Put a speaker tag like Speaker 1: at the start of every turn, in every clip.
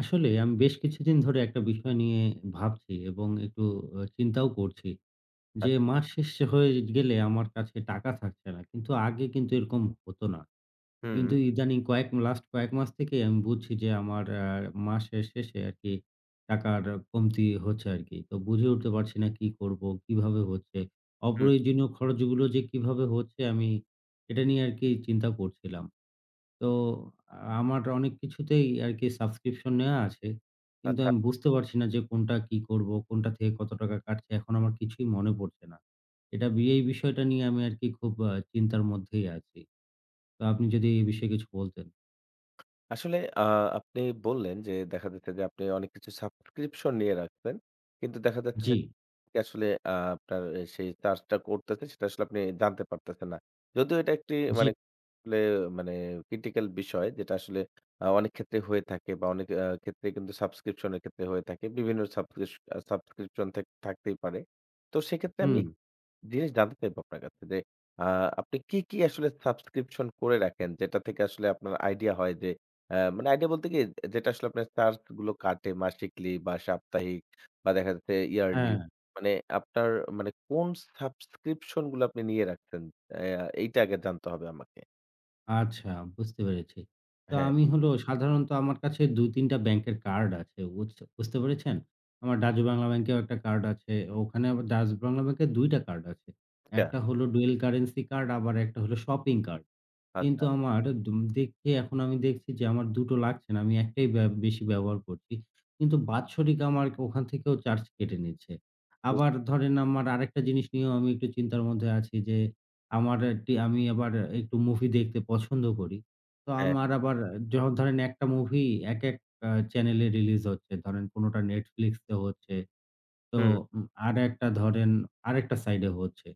Speaker 1: আসলে আমি বেশ কিছুদিন ধরে একটা বিষয় নিয়ে ভাবছি এবং একটু চিন্তাও করছি যে
Speaker 2: আচ্ছা।
Speaker 1: মাস শেষ হয়ে গেলে আমার কাছে টাকা থাকছে না, কিন্তু আগে কিন্তু এরকম হতো না।
Speaker 2: হুম,
Speaker 1: কিন্তু ইদানিং লাস্ট কয়েক মাস থেকে আমি বুঝছি যে আমার মাসের শেষে আর কি টাকার কমতি হচ্ছে আর কি। তো বুঝে উঠতে পারছি না কি করব, কিভাবে হচ্ছে।
Speaker 2: হুম।
Speaker 1: অপ্রয়োজনীয় খরচগুলো যে কিভাবে হচ্ছে আমি এটা নিয়ে আর কি চিন্তা করছিলাম। তো আমার অনেক কিছুতেই আরকি সাবস্ক্রিপশন নেয়া আছে। কিন্তু
Speaker 2: আচ্ছা।
Speaker 1: আমি বুঝতে পারছি না যে কোনটা কি করব? কোনটা থেকে কত টাকা কাটছে? এখন আমার কিছুই মনে পড়ছে না। এটা বি এই বিষয়টা নিয়ে আমি আরকি খুব চিন্তার মধ্যেই আছি। তো আপনি যদি এই বিষয়ে কিছু বলতেন।
Speaker 2: আসলে আপনি বললেন যে দেখা যাচ্ছে যে আপনি অনেক কিছু সাবস্ক্রিপশন নিয়ে রাখতেন। কিন্তু দেখা যাচ্ছে
Speaker 1: জি,
Speaker 2: যে আসলে আপনার সেই চার্জটা করতেছে, সেটা আসলে আপনি জানতে পারতেছেন না। যদিও এটা একটি
Speaker 1: জি।
Speaker 2: মানে আসলে মানে ক্রিটিক্যাল বিষয়, যেটা আসলে অনেক ক্ষেত্রে হয়ে থাকে বা অনেক ক্ষেত্রে কিন্তু সাবস্ক্রিপশন এর ক্ষেত্রে হয়ে থাকে। বিভিন্ন সাবস্ক্রিপশন থাকতেই পারে। তো সেক্ষেত্রে আমি
Speaker 1: হুম,
Speaker 2: জিনিস জানতে চাইবো আপনার কাছে যে আ আপনি কি, কি আসলে সাবস্ক্রিপশন করে রাখেন? যেটা থেকে আসলে আপনার আইডিয়া হয় যে মানে আইডিয়া বলতে কি, যেটা আসলে আপনার চার্জ গুলো কাটে মাসিকলি বা সাপ্তাহিক বা দেখা যাচ্ছে ইয়ারলি।
Speaker 1: হ্যাঁ।
Speaker 2: মানে আপনার মানে কোন সাবস্ক্রিপশন গুলো আপনি নিয়ে রাখছেন? এইটা আগে জানতে হবে আমাকে।
Speaker 1: আচ্ছা, বুঝতে পেরেছি। তো
Speaker 2: হ্যাঁ,
Speaker 1: আমি হলো সাধারণত আমার কাছে ২-৩ টা ব্যাংকের কার্ড আছে। বুঝতে পেরেছেন? আমার ডাচ বাংলা ব্যাংকেও একটা কার্ড আছে। ওখানে আবার ডাচ বাংলা ব্যাংকের ২ টা কার্ড আছে।
Speaker 2: আচ্ছা,
Speaker 1: একটা হলো ডুয়েল কারেন্সি কার্ড, আবার একটা হলো শপিং কার্ড।
Speaker 2: আচ্ছা।
Speaker 1: কিন্তু আমার দুম দেখে এখন আমি দেখছি যে আমার ২ টো লাগছে না। আমি একটাই বেশি ব্যবহার করছি। কিন্তু বাৎসরিক আমার ওখান থেকেও চার্জ কেটে নিচ্ছে।
Speaker 2: বুঝ
Speaker 1: আবার ধরেন আমার আরেকটা জিনিস নিয়েও আমি একটু চিন্তার মধ্যে আছি যে আমার একটি আমি আবার একটু মুভি দেখতে পছন্দ করি। তো
Speaker 2: হ্যাঁ,
Speaker 1: আমার আবার যখন ধরেন একটা মুভি একেক চ্যানেলে রিলিজ হচ্ছে। ধরেন কোনটা Netflix এ হচ্ছে। তো
Speaker 2: হুম,
Speaker 1: আরেকটা ধরেন আরেকটা সাইডে হচ্ছে।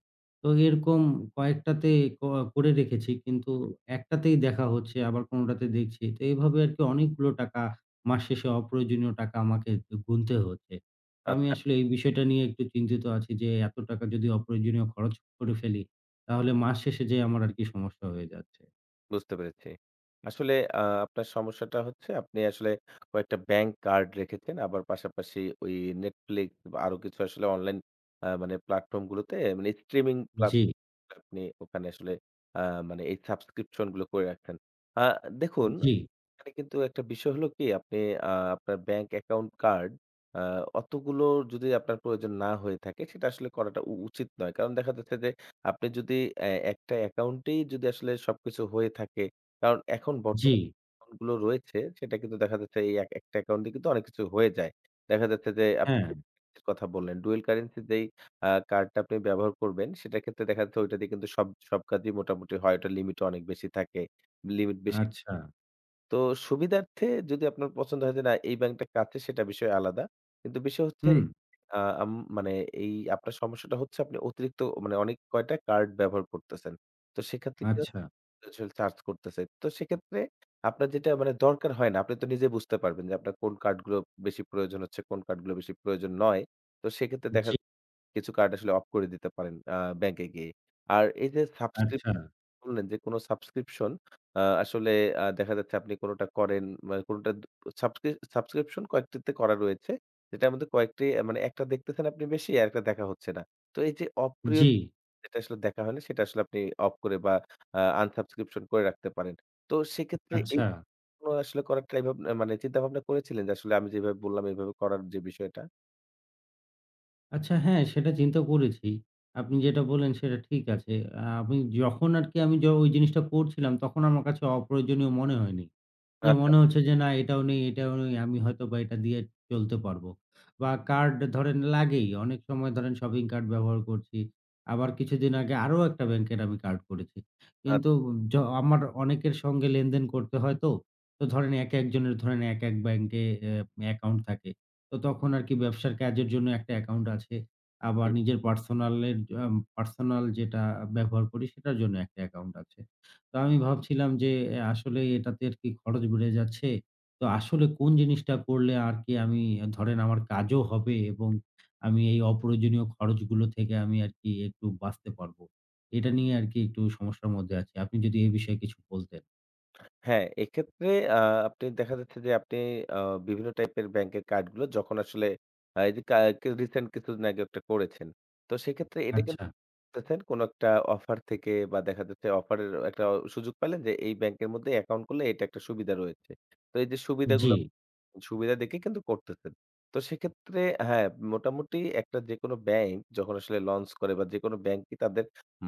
Speaker 1: তো এরকম কয়েকটাতে ক করে রেখেছি, কিন্তু একটাতেই দেখা হচ্ছে, আবার কোনটাতে দেখছি। তো এভাবে আরকি অনেকগুলো টাকা, মাস শেষে অপ্রয়োজনীয় টাকা আমাকে গুনতে হচ্ছে। তো আমি
Speaker 2: আচ্ছা।
Speaker 1: আসলে এই বিষয়টা নিয়ে একটু চিন্তিত আছি যে এত টাকা যদি অপ্রয়োজনীয় খরচ করে ফেলি তাহলে মাস শেষে যেয়ে আমার আরকি সমস্যা হয়ে যাচ্ছে।
Speaker 2: বুঝতে পেরেছি। আসলে আপনার সমস্যাটা হচ্ছে, আপনি আসলে কয়েকটা ব্যাংক কার্ড রেখেছেন। আবার পাশাপাশি ওই Netflix বা আরো কিছু আসলে অনলাইন মানে প্ল্যাটফর্ম গুলোতে, মানে স্ট্রিমিং
Speaker 1: জি,
Speaker 2: প্ল্যাটফর্ম আপনি ওখানে আসলে আ মানে এই সাবস্ক্রিপশন গুলো করে রাখছেন। আ দেখুন,
Speaker 1: জি,
Speaker 2: এখানে কিন্তু একটা বিষয় হলো কি, আপনি আপনার ব্যাংক অ্যাকাউন্ট কার্ড আ অতগুলো যদি আপনার প্রয়োজন না হয়ে থাকে, সেটা আসলে করাটা উচিত নয়। কারণ দেখা যাচ্ছে যে আপনি যদি একটা অ্যাকাউন্টেই যদি আসলে সবকিছু হয়ে থাকে, কারণ এখন
Speaker 1: জি,
Speaker 2: বর্তমান অ্যাকাউন্টগুলো রয়েছে, সেটা কিন্তু দেখা যাচ্ছে এই এক একটা অ্যাকাউন্ট দিয়ে কিন্তু অনেক কিছু হয়ে যায়। দেখা যাচ্ছে যে আপনি
Speaker 1: হ্যাঁ,
Speaker 2: দুইয়ের কথা বললেন। ডুয়াল কারেন্সি যেই কার্ডটা আপনি ব্যবহার করবেন, সেটার ক্ষেত্রে দেখা যাচ্ছে ওইটা দিয়ে কিন্তু সব সব কাজই মোটামুটি হয়। ওটার লিমিটও অনেক বেশি থাকে। লিমিট বেশি,
Speaker 1: আচ্ছা,
Speaker 2: তো সুবিধার্থে যদি আপনার পছন্দ হয় যে না এই ব্যাংকটা কাছে, সেটা বিষয় আলাদা। কিন্তু বিষয় হচ্ছে
Speaker 1: হুম,
Speaker 2: আ আম মানে এই আপনার সমস্যাটা হচ্ছে, আপনি অতিরিক্ত মানে অনেক কয়টা কার্ড ব্যবহার করতেছেন। তো সেক্ষেত্রে কি
Speaker 1: আচ্ছা,
Speaker 2: হচ্ছে, চার্জ করতেছে। তো সেক্ষেত্রে আপনার যেটা মানে দরকার হয় না, আপনি তো নিজে বুঝতে পারবেন যে আপনার কোন কার্ডগুলো বেশি প্রয়োজন হচ্ছে, কোন কার্ডগুলো বেশি প্রয়োজন নয়। তো সেক্ষেত্রে দেখা
Speaker 1: জি,
Speaker 2: যাচ্ছে কিছু কার্ড আসলে অফ করে দিতে পারেন ব্যাংকে গিয়ে। আর এই যে
Speaker 1: আচ্ছা,
Speaker 2: সাবস্ক্রিপশন বললেন যে কোন সাবস্ক্রিপশন আসলে দেখা যাচ্ছে আপনি কোনটা করেন, মানে কোনটা দু সাবস্ক্রি সাবস্ক্রিপশন কয়েকটিতে করা রয়েছে। যেটার মধ্যে কয়েকটি মানে একটা দেখতেছেন আপনি বেশি, আরেকটা দেখা হচ্ছে না। তো এই যে অপ্রিয়
Speaker 1: জি,
Speaker 2: যেটা আসলে দেখা হয়নি, সেটা আসলে আপনি অফ করে বা আনসাবস্ক্রিপশন করে রাখতে পারেন। তো সেক্ষেত্রে এই
Speaker 1: আচ্ছা।
Speaker 2: কোন আসলে করার ট্রাই ভাবনা মানে চিন্তা ভাবনা করেছিলেন যে আসলে আমি যেভাবে বললাম এভাবে করার যে বিষয়টা?
Speaker 1: আচ্ছা হ্যাঁ, সেটা চিন্তা করেছি। আপনি যেটা বললেন সেটা ঠিক আছে। আমি যখন আরকি আমি য ওই জিনিসটা করছিলাম তখন আমার কাছে অপ্রয়োজনীয় মনে হয়নি। যে
Speaker 2: আচ্ছা,
Speaker 1: মনে হচ্ছে যে না এটাও নেই, এটাও নেই। আমি হয়তোবা এটা দিয়ে চলতে পারবো। বা কার্ড ধরেন লাগেই। অনেক সময় ধরেন শপিং কার্ট ব্যবহার করছি। আবার কিছুদিন আগে আরো একটা ব্যাংকের আমি কার্ড করেছি। কিন্তু
Speaker 2: আচ্ছা।
Speaker 1: য আমার অনেকের সঙ্গে লেনদেন করতে হয় তো। তো ধরেন একেকজনের, ধরেন একেক ব্যাংকে অ্যাকাউন্ট থাকে। তো তখন আরকি ব্যবসার কাজের জন্য একটা অ্যাকাউন্ট আছে। আবার
Speaker 2: হুম।
Speaker 1: নিজের পার্সোনালের পার্সোনাল যেটা ব্যবহার করি সেটার জন্য একটা অ্যাকাউন্ট আছে। তো আমি ভাবছিলাম যে আসলে এটাতে আর কি খরচ বেড়ে যাচ্ছে। তো আসলে কোন জিনিসটা করলে আর কি আমি, ধরেন আমার কাজও হবে এবং আমি এই অপ্রয়োজনীয় খরচগুলো থেকে আমি আর কি একটু বাঁচতে পারবো। এটা নিয়ে আর কি একটু সমস্যার মধ্যে আছি। আপনি যদি এ বিষয়ে কিছু বলতেন।
Speaker 2: হ্যাঁ, এক্ষেত্রে আ আপনি দেখা যাচ্ছে যে আপনি আ বিভিন্ন টাইপের ব্যাংকের কার্ডগুলো যখন আসলে আ এই যে কা রিসেন্ট কিছুদিন আগে একটা করেছেন। তো সেক্ষেত্রে এটা কিন্তু
Speaker 1: আচ্ছা।
Speaker 2: করতেছেন কোন একটা অফার থেকে, বা দেখা যাচ্ছে অফারের একটা সুযোগ পেলেন যে এই ব্যাংকের মধ্যে অ্যাকাউন্ট করলে এটা একটা সুবিধা রয়েছে। তো এই যে
Speaker 1: জি।
Speaker 2: সুবিধাগুলো, সুবিধা দেখে কিন্তু করতেছেন। তো সেক্ষেত্রে হ্যাঁ, মোটামুটি একটা যেকোনো ব্যাংক যখন আসলে লঞ্চ করে, বা যেকোনো ব্যাংকই তাদের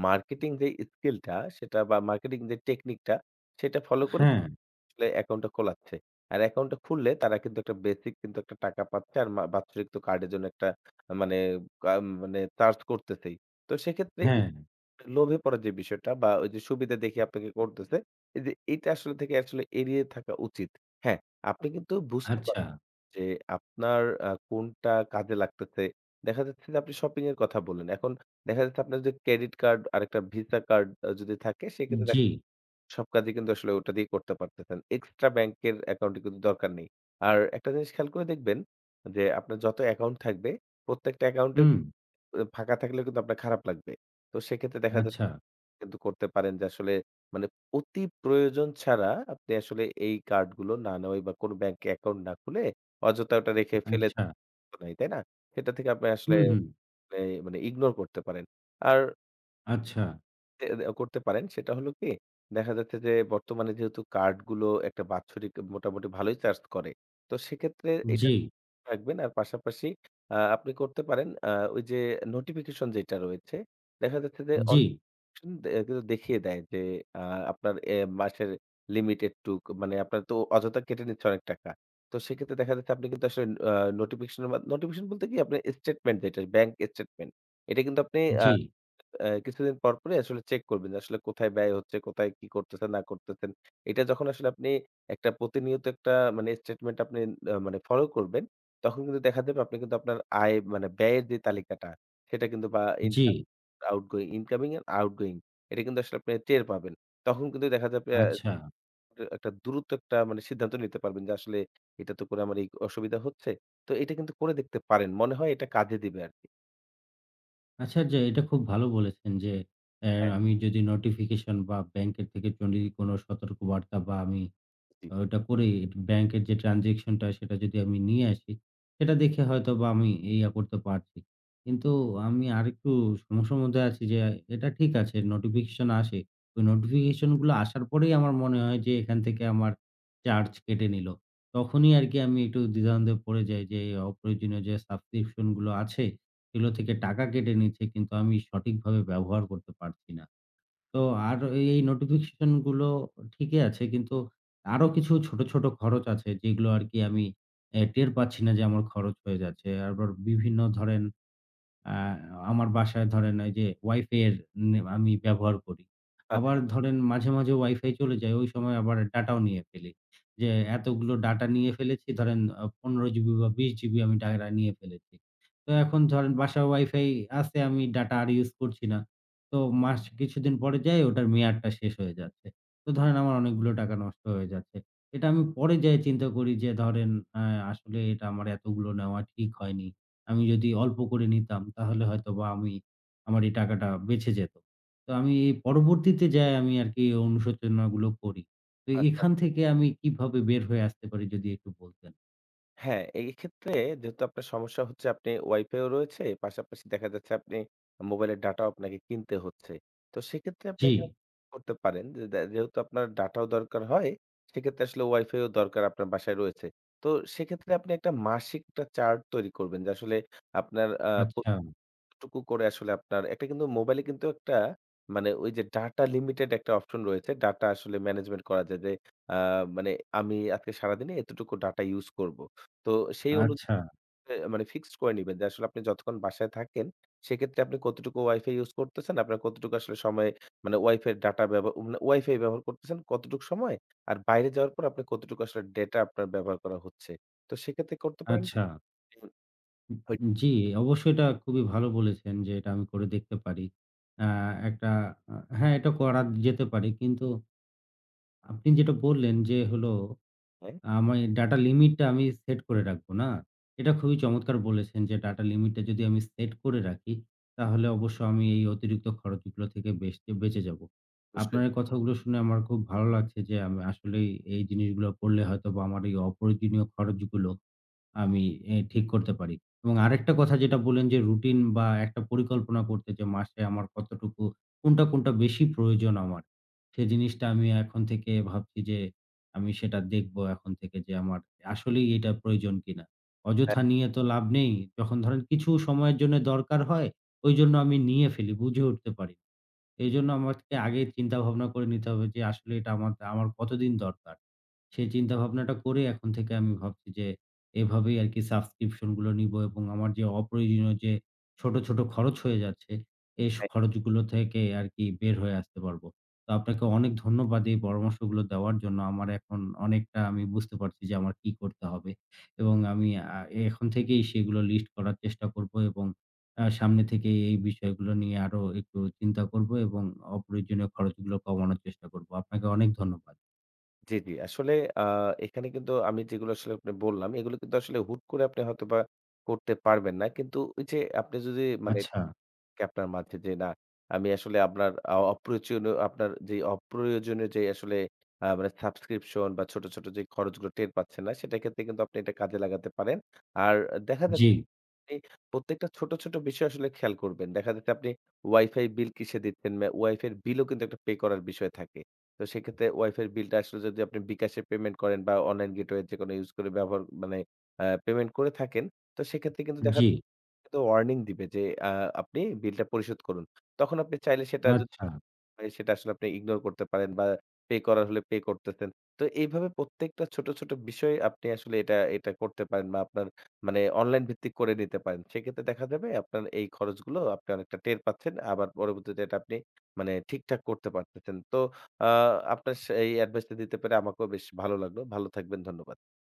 Speaker 2: মার্কেটিং যে স্কিলটা সেটা, বা মার্কেটিং যে টেকনিকটা সেটা ফলো করে
Speaker 1: হ্যাঁ,
Speaker 2: আসলে অ্যাকাউন্টটা খোলাচ্ছে। আর অ্যাকাউন্টটা খুললে তারা কিন্তু একটা বেসিক কিন্তু একটা টাকা পাচ্ছে। আর বাৎসরিক তো কার্ডের জন্য একটা মানে মানে চার্জ করতেছেই। তো সেক্ষেত্রে এই
Speaker 1: হ্যাঁ।
Speaker 2: লোভে পড়ার যে বিষয়টা, বা ওই যে সুবিধা দেখে আপনাকে করতেছে, এই যে এইটা আসলে থেকে আসলে এড়িয়ে থাকা উচিত। হ্যাঁ, আপনি কিন্তু বুঝতে
Speaker 1: আচ্ছা।
Speaker 2: পারবেন যে আপনার কোনটা কাজে লাগতেছে। দেখা যাচ্ছে যে আপনি শপিং এর কথা বললেন। এখন দেখা যাচ্ছে আপনার যদি ক্রেডিট কার্ড, আরেকটা ভিসা কার্ড যদি থাকে, সেক্ষেত্রে
Speaker 1: জি।
Speaker 2: সব কাজই কিন্তু আসলে ওটা দিয়ে করতে পারতেছেন। এক্সট্রা ব্যাংকের অ্যাকাউন্টের কিন্তু দরকার নেই। আর একটা জিনিস খেয়াল করে দেখবেন যে, আপনার যত অ্যাকাউন্ট থাকবে, প্রত্যেকটা অ্যাকাউন্টে
Speaker 1: হুম।
Speaker 2: ফাঁকা থাকলেও কিন্তু আপনার খারাপ লাগবে। তো সেক্ষেত্রে দেখা যাচ্ছে
Speaker 1: আচ্ছা,
Speaker 2: কিন্তু করতে পারেন যে আসলে মানে অতি প্রয়োজন ছাড়া আপনি আসলে এই কার্ডগুলো না নেওয়াই, বা কোনো ব্যাংকে অ্যাকাউন্ট না খুলে অযথা ওটা রেখে ফেলে
Speaker 1: আচ্ছা।
Speaker 2: তো নাই, তাই না? সেটা থেকে আপনি আসলে
Speaker 1: হুম, হুম।
Speaker 2: এ মানে ইগনোর করতে পারেন। আর
Speaker 1: আচ্ছা।
Speaker 2: এ দে করতে পারেন সেটা হলো কি, দেখা যাচ্ছে যে বর্তমানে যেহেতু কার্ডগুলো একটা বাৎসরিক মোটামুটি ভালোই চার্জ করে। তো সেক্ষেত্রে এটা
Speaker 1: জি,
Speaker 2: রাখবেন, আর পাশাপাশি আপনি করতে পারেন ওই যে নোটিফিকেশন যেটা রয়েছে, দেখা যাচ্ছে যে
Speaker 1: জি,
Speaker 2: অনেক কিছু কিন্তু দেখিয়ে দেয় যে আ আপনার এ মাসের লিমিট এটুক, মানে আপনার তো অযথা কেটে নিচ্ছে অনেক টাকা। তো সেক্ষেত্রে দেখা যাচ্ছে আপনি কিন্তু আসলে আ নোটিফিকেশনের মাধ নোটিফিকেশন বলতে কি, আপনার স্টেটমেন্ট, যেটা ব্যাংক স্টেটমেন্ট। এটা কিন্তু আপনি আ
Speaker 1: জি,
Speaker 2: অ্যা কিছুদিন পর, পরই আসলে চেক করবেন যে আসলে কোথায় ব্যয় হচ্ছে, কোথায় কি করতেছেন না করতেছেন। এটা যখন আসলে আপনি একটা প্রতিনিয়ত একটা মানে স্টেটমেন্ট আপনি মানে ফলো করবেন, তখন কিন্তু দেখা যাবে আপনি কিন্তু আপনার আয় মানে ব্যয়ের যে তালিকাটা সেটা কিন্তু, বা
Speaker 1: জি।
Speaker 2: Income, outgoing, incoming and outgoing এটা কিন্তু আসলে আপনি টের পাবেন। তখন কিন্তু দেখা যাবে
Speaker 1: আচ্ছা।
Speaker 2: একটা দ্রুত একটা মানে সিদ্ধান্ত নিতে পারবেন যে আসলে এটা তো করে আমার এই অসুবিধা হচ্ছে। তো এটা কিন্তু করে দেখতে পারেন। মনে হয় এটা কাজে দিবে আরকি।
Speaker 1: আচ্ছা, যে এটা খুব ভালো বলেছেন যে, অ্যা
Speaker 2: হ্যাঁ,
Speaker 1: আমি যদি নোটিফিকেশন বা ব্যাংকের থেকে যদি কোনো সতর্কবার্তা বা আমি
Speaker 2: জি।
Speaker 1: ওটা করে ব্যাংকের যে ট্রান্সেকশনটা সেটা যদি আমি নিয়ে আসি, সেটা দেখে হয়তোবা আমি ইয়া করতে পারছি। কিন্তু আমি আরেকটু সমস্যার মধ্যে আছি যে এটা ঠিক আছে, নোটিফিকেশন আসে। ওই নোটিফিকেশন গুলো আসার পরেই আমার মনে হয় যে এখান থেকে আমার চার্জ কেটে নিলো। তখনই আরকি আমি একটু দ্বিধাদ্বন্দ্বে পড়ে যাই যে অপ্রয়োজনীয় যে সাবস্ক্রিপশন গুলো আছে, সেগুলো থেকে টাকা কেটে নিচ্ছে কিন্তু আমি সঠিকভাবে ব্যবহার করতে পারছি না। তো আর এই নোটিফিকেশন গুলো ঠিকই আছে। কিন্তু আরো কিছু ছোট, ছোট খরচ আছে যেগুলো আরকি আমি টের পাচ্ছি না যে আমার খরচ হয়ে যাচ্ছে। আবার বিভিন্ন ধরেন আ আমার বাসায় ধরেন এই যে Wi-Fi এর নে আমি ব্যবহার করি। আবার
Speaker 2: আচ্ছা,
Speaker 1: ধরেন মাঝে, মাঝে Wi-Fi চলে যায়। ওই সময় আবার ডাটাও নিয়ে ফেলি। যে এতগুলো ডাটা নিয়ে ফেলেছি, ধরেন 15 জিবি বা 20 জিবি আমি ডাটা নিয়ে ফেলেছি। তো এখন ধরেন বাসায় Wi-Fi আছে, আমি ডাটা আর ইউজ করছি না। তো মাস কিছুদিন পরে যাই ওটার মেয়াদটা শেষ হয়ে যাচ্ছে। তো ধরেন আমার অনেকগুলো টাকা নষ্ট হয়ে যাচ্ছে। এটা আমি পরে যেয়ে চিন্তা করি যে ধরেন আ আসলে এটা আমার এতগুলো নেওয়া ঠিক হয়নি। আমি যদি অল্প করে নিতাম তাহলে হয়তোবা আমি, আমার এই টাকাটা বেঁচে যেত। তো আমি এই পরবর্তীতে যায়ে আমি আরকি এই অনুশোচনাগুলো করি। তো
Speaker 2: আচ্ছা।
Speaker 1: এখান থেকে আমি কিভাবে বের হয়ে আসতে পারি যদি একটু বলতেন?
Speaker 2: হ্যাঁ, এই ক্ষেত্রে যেহেতু আপনার সমস্যা হচ্ছে, আপনি ওয়াইফাইও রয়েছে, পাশাপাশি দেখা যাচ্ছে আপনি মোবাইলের ডাটাও আপনাকে কিনতে হচ্ছে। তো সেক্ষেত্রে আপনি
Speaker 1: জি।
Speaker 2: এখানে করতে পারেন যে যেহেতু আপনার ডাটাও দরকার হয়, সেক্ষেত্রে আসলে ওয়াইফাইও দরকার আপনার বাসায় রয়েছে। তো সেক্ষেত্রে আপনি একটা মাসিক একটা চার্ট তৈরি করবেন যে আসলে আপনার আ প
Speaker 1: আচ্ছা,
Speaker 2: টুকু করে আসলে আপনার একটা কিন্তু মোবাইলে কিন্তু একটা মানে ওই যে ডাটা লিমিটেড একটা অপশন রয়েছে। ডাটা আসলে ম্যানেজমেন্ট করা যায় যে আ মানে আমি আজকে সারাদিনে এতটুকু ডাটা ইউজ করব। তো সেই অনুযায়ী
Speaker 1: আচ্ছা,
Speaker 2: মানে ফিক্সড করে নিবেন যে আসলে আপনি যতক্ষণ বাসায় থাকেন, সেক্ষেত্রে আপনি কতটুকু ওয়াইফাই ইউজ করতেছেন, আপনার কতটুকু আসলে সময় মানে ওয়াইফাই ডাটা ব্যব মানে ওয়াইফাই ব্যবহার করতেছেন কতটুকু সময়, আর বাইরে যাওয়ার পর আপনার কতটুকু আসলে ডেটা আপনার ব্যবহার করা হচ্ছে। তো সেক্ষেত্রে করতে পারেন।
Speaker 1: আচ্ছা। জি, অবশ্যই, এটা খুবই ভালো বলেছেন যে এটা আমি করে দেখতে পারি। আ একটা আ হ্যাঁ, এটা করা যেতে পারে। কিন্তু আপনি যেটা বললেন যে হলো
Speaker 2: হ্যাঁ,
Speaker 1: আমি ডাটা লিমিটটা আমি সেট করে রাখবো না? এটা খুবই চমৎকার বলেছেন যে ডাটা লিমিটটা যদি আমি সেট করে রাখি, তাহলে অবশ্য আমি এই অতিরিক্ত খরচগুলো থেকে বেঁচতে বেঁচে যাবো।
Speaker 2: অবশ্যই।
Speaker 1: আপনার এই কথাগুলো শুনে আমার খুব ভালো লাগছে যে আমি আসলেই এই জিনিসগুলো করলে হয়তোবা আমার এই অপ্রয়োজনীয় খরচগুলো আমি ঠিক করতে পারি। এবং আরেকটা কথা যেটা বললেন যে রুটিন বা একটা পরিকল্পনা করতে, যে মাসে আমার কতটুকু, কোনটা, কোনটা বেশি প্রয়োজন আমার। সে জিনিসটা আমি এখন থেকে ভাবছি যে আমি সেটা দেখবো এখন থেকে যে আমার আসলেই এটা প্রয়োজন কিনা। অযথা নিয়ে তো লাভ নেই। যখন ধরেন কিছু সময়ের জন্য দরকার হয়, ঐজন্য আমি নিয়ে ফেলি, বুঝে উঠতে পারি। এজন্য আমাকে আগে চিন্তা ভাবনা করে নিতে হবে যে আসলে এটা আমার, আমার কতদিন দরকার। সেই চিন্তা ভাবনাটা করে এখন থেকে আমি ভাবছি যে এভাবেই আরকি সাবস্ক্রিপশন গুলো নিবো এবং আমার যে অপ্রয়োজনীয় যে ছোট, ছোট খরচ হয়ে যাচ্ছে, এই খরচগুলো থেকে আরকি বের হয়ে আসতে পারবো। তো আপনাকে অনেক ধন্যবাদ এই পরামর্শগুলো দেওয়ার জন্য। আমার এখন অনেকটা আমি বুঝতে পারছি যে আমার কি করতে হবে এবং আমি আ এখন থেকেই সেগুলো লিস্ট করার চেষ্টা করব এবং সামনে থেকে এই বিষয়গুলো নিয়ে আরো একটু চিন্তা করব এবং অপ্রয়োজনীয় খরচগুলো কমানোর চেষ্টা করব। আপনাকে অনেক ধন্যবাদ।
Speaker 2: জি, জি। আসলে আ এখানে কিন্তু আমি যেগুলো আসলে আপনি বললাম, এগুলো কিন্তু আসলে হুট করে আপনি হয়তোবা করতে পারবেন না। কিন্তু ওই যে আপনি যদি মানে
Speaker 1: আচ্ছা,
Speaker 2: আপনার মাঝে যে না, আমি আসলে আপনার যে অপ্রয়োজনীয় যে আসলে মানে সাবস্ক্রিপশন বা ছোট, ছোট যে খরচগুলো টের পাচ্ছেন না, সেটার ক্ষেত্রে কিন্তু আপনি এটা কাজে লাগাতে পারেন। আর দেখা
Speaker 1: জি।
Speaker 2: যাচ্ছে আপনি প্রত্যেকটা ছোট, ছোট বিষয় আসলে খেয়াল করবেন। দেখা যাচ্ছে আপনি ওয়াইফাই বিল কিসে দিচ্ছেন? ওয়াইফাই এর বিলও কিন্তু একটা পে করার বিষয় থাকে। তো সেক্ষেত্রে ওয়াইফাই এর বিলটা আসলে যদি আপনি বিকাশে পেমেন্ট করেন, বা অনলাইন গেটওয়ে যেকোনো ইউজ করে ব্যবহার মানে পেমেন্ট করে থাকেন, তো সেক্ষেত্রে কিন্তু দেখা
Speaker 1: জি,
Speaker 2: যাচ্ছে ওয়ার্নিং দিবে যে আ আপনি বিলটা পরিশোধ করুন। তখন আপনি চাইলে সেটা যদি
Speaker 1: আচ্ছা।
Speaker 2: হয়, সেটা আসলে আপনি ইগনোর করতে পারেন, বা পে করার হলে পে করতেছেন। তো এইভাবে প্রত্যেকটা ছোট, ছোট বিষয় আপনি আসলে এটা, এটা করতে পারেন, বা আপনার মানে অনলাইন ভিত্তিক করে নিতে পারেন। সেক্ষেত্রে দেখা যাবে আপনার এই খরচগুলো আপনি অনেকটা টের পাচ্ছেন। আবার পরবর্তীতে এটা আপনি মানে ঠিকঠাক করতে পারতেছেন। তো আ আপনার সে এই অ্যাডভাইসটা দিতে পেরে আমাকেও বেশ ভালো লাগলো। ভালো থাকবেন। ধন্যবাদ।